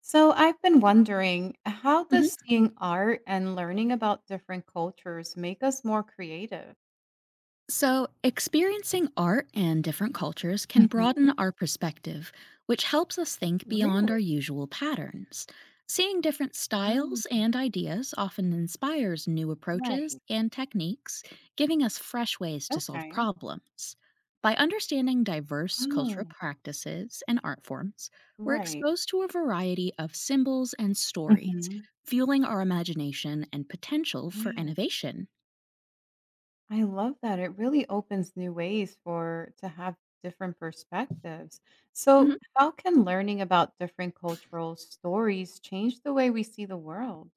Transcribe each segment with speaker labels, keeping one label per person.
Speaker 1: So I've been wondering, how
Speaker 2: Mhm.
Speaker 1: does seeing art and learning about different cultures make us more creative?
Speaker 2: So, experiencing art and different cultures can broaden
Speaker 1: Mhm.
Speaker 2: our perspective, which helps us think beyond our
Speaker 1: Really?
Speaker 2: usual patterns. Seeing different
Speaker 1: Oh,
Speaker 2: styles and ideas often inspires new approaches
Speaker 1: right.
Speaker 2: and techniques, giving us fresh ways to solve
Speaker 1: Okay.
Speaker 2: problems. By understanding diverse cultural
Speaker 1: Oh,
Speaker 2: practices and art forms, we're
Speaker 1: right.
Speaker 2: exposed to a variety of symbols and stories,
Speaker 1: Mhm.
Speaker 2: fueling our imagination and potential for
Speaker 1: Yeah,
Speaker 2: innovation.
Speaker 1: I love that. It really opens new ways for to have different perspectives. So how can learning about different cultural stories change the way we see the world?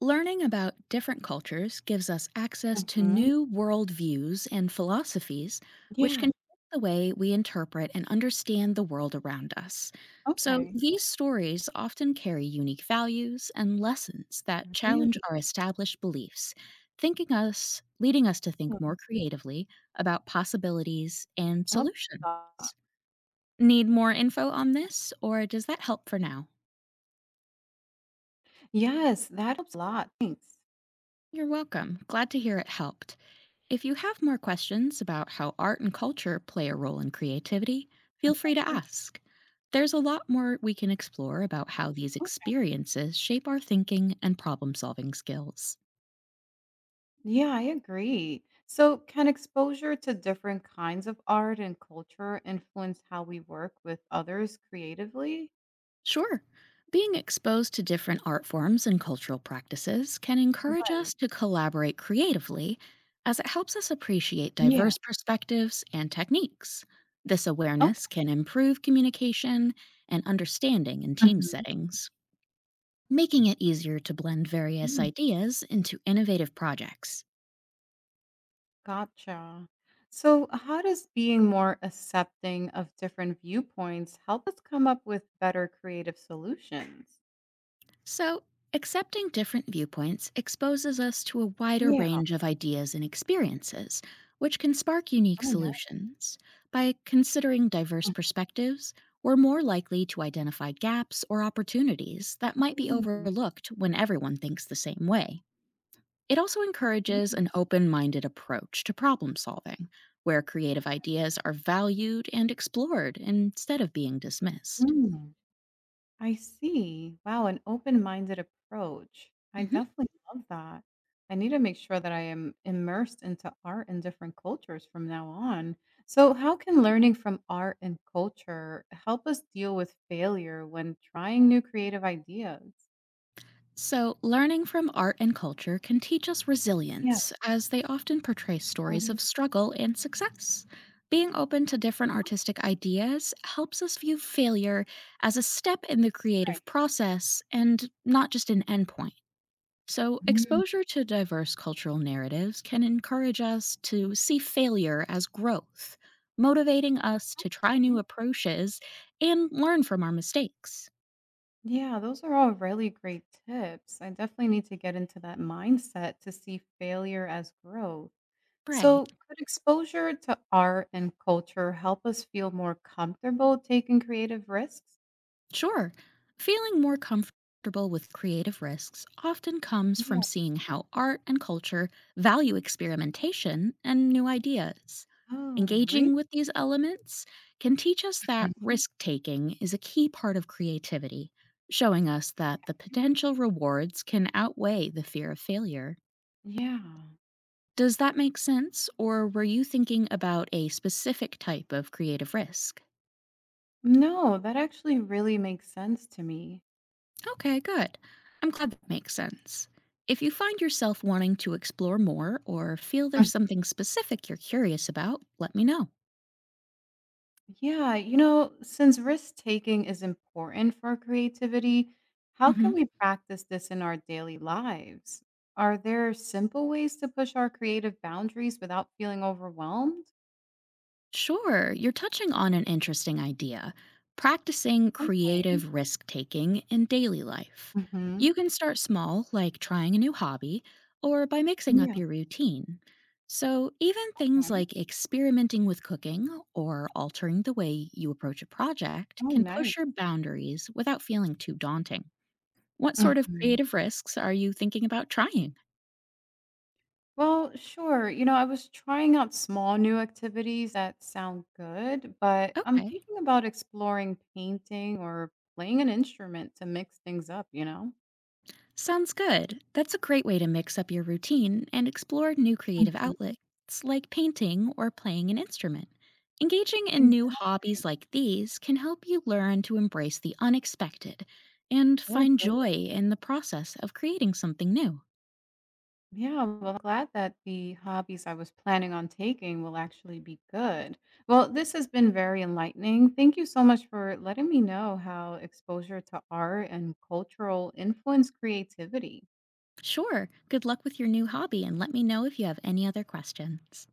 Speaker 2: Learning about different cultures gives us access to
Speaker 1: Mhm.
Speaker 2: new worldviews and philosophies, which
Speaker 1: Yeah.
Speaker 2: can shape the way we interpret and understand the world around us. So,
Speaker 1: Okay.
Speaker 2: these stories often carry unique values and lessons that challenge
Speaker 1: Really?
Speaker 2: our established beliefs, leading us to think
Speaker 1: Good.
Speaker 2: more creatively about possibilities and
Speaker 1: I love
Speaker 2: solutions.
Speaker 1: that.
Speaker 2: Need more info on this, or does that help for now?
Speaker 1: Yes, that helps a lot. Thanks.
Speaker 2: You're welcome. Glad to hear it helped. If you have more questions about how art and culture play a role in creativity, feel free to
Speaker 1: Mhm.
Speaker 2: ask. There's a lot more we can explore about how these
Speaker 1: Okay.
Speaker 2: experiences shape our thinking and problem solving skills.
Speaker 1: Yeah, I agree. So, can exposure to different kinds of art and culture influence how we work with others creatively?
Speaker 2: Sure, being exposed to different art forms and cultural practices can encourage
Speaker 1: Right.
Speaker 2: us to collaborate creatively as it helps us appreciate
Speaker 1: Yeah.
Speaker 2: diverse perspectives and techniques. This
Speaker 1: Okay.
Speaker 2: awareness can improve communication and understanding in team
Speaker 1: Mhm.
Speaker 2: settings, making it easier to blend various
Speaker 1: Mm.
Speaker 2: ideas into innovative projects.
Speaker 1: Gotcha. So, how does being more accepting of different viewpoints help us come up with better creative solutions?
Speaker 2: So, accepting different viewpoints exposes us to a wider
Speaker 1: Yeah.
Speaker 2: range of ideas and experiences, which can spark unique
Speaker 1: Oh, nice.
Speaker 2: solutions. By considering diverse
Speaker 1: Mhm.
Speaker 2: perspectives, we're more likely to identify gaps or opportunities that might be
Speaker 1: Mm.
Speaker 2: overlooked when everyone thinks the same way. It also encourages
Speaker 1: Yeah.
Speaker 2: an open minded approach to problem solving, where creative ideas are valued and explored instead of being dismissed.
Speaker 1: Mm. I see. Wow, an open-minded approach. I
Speaker 2: hmm
Speaker 1: definitely love that. I need to make sure that I am immersed into art and different cultures from now on. So, how can learning from art and culture help us deal with failure when trying new creative ideas?
Speaker 2: So, learning from art and culture can teach us
Speaker 1: Yeah.
Speaker 2: resilience, as they often portray stories
Speaker 1: Um,
Speaker 2: of struggle and success. Being open to different artistic ideas helps us view failure as a step in the
Speaker 1: okay.
Speaker 2: creative process and not just an endpoint. So,
Speaker 1: Mm.
Speaker 2: exposure to diverse cultural narratives can encourage us to see failure as growth, motivating us to try new
Speaker 1: Okay.
Speaker 2: approaches and learn from our mistakes.
Speaker 1: Yeah, those are all really great tips. I definitely need to get into that mindset to see failure as growth.
Speaker 2: Right.
Speaker 1: So, could exposure to art and culture help us feel more comfortable taking creative risks?
Speaker 2: Sure. Feeling more comfortable with creative risks often comes
Speaker 1: Yeah.
Speaker 2: from seeing how art and culture value experimentation and new ideas.
Speaker 1: Oh, really?
Speaker 2: Engaging with these elements can teach us that
Speaker 1: Mhm.
Speaker 2: risk taking is a key part of creativity, showing us that the potential rewards can outweigh the fear of failure.
Speaker 1: Yeah.
Speaker 2: Does that make sense, or were you thinking about a specific type of creative risk?
Speaker 1: No, that actually really makes sense to me.
Speaker 2: Okay, good. I'm glad that makes sense. If you find yourself wanting to explore more or feel there's
Speaker 1: Mm.
Speaker 2: something specific you're curious about, let me know.
Speaker 1: Yeah, since risk taking is important for our creativity, how can
Speaker 2: Mhm.
Speaker 1: we practice this in our daily lives? Are there simple ways to push our creative boundaries without feeling overwhelmed?
Speaker 2: Sure, you're touching on an interesting idea practicing
Speaker 1: Okay.
Speaker 2: creative risk taking in daily life.
Speaker 1: Hmm.
Speaker 2: You can start small, like trying a new hobby, or by mixing up
Speaker 1: Yeah.
Speaker 2: your routine. So, even things
Speaker 1: Okay.
Speaker 2: like experimenting with cooking or altering the way you approach a project
Speaker 1: Oh,
Speaker 2: can
Speaker 1: nice.
Speaker 2: push your boundaries without feeling too daunting. What sort of creative risks are you thinking about trying?
Speaker 1: Well, sure. I was trying out small new activities that sound good, but I'm
Speaker 2: Okay.
Speaker 1: thinking about exploring painting or playing an instrument to mix things up,
Speaker 2: Sounds good. That's a great way to mix up your routine and explore new creative
Speaker 1: Mhm.
Speaker 2: outlets like painting or playing an instrument. Engaging in new hobbies
Speaker 1: Exactly.
Speaker 2: like these can help you learn to embrace the unexpected and
Speaker 1: Oh,
Speaker 2: find
Speaker 1: good.
Speaker 2: joy in the process of creating something new.
Speaker 1: Yeah, well, I'm glad that the hobbies I was planning on taking will actually be good. Well, this has been very enlightening. Thank you so much for letting me know how exposure to art and cultural influence creativity.
Speaker 2: Sure, good luck with your new hobby and let me know if you have any other questions.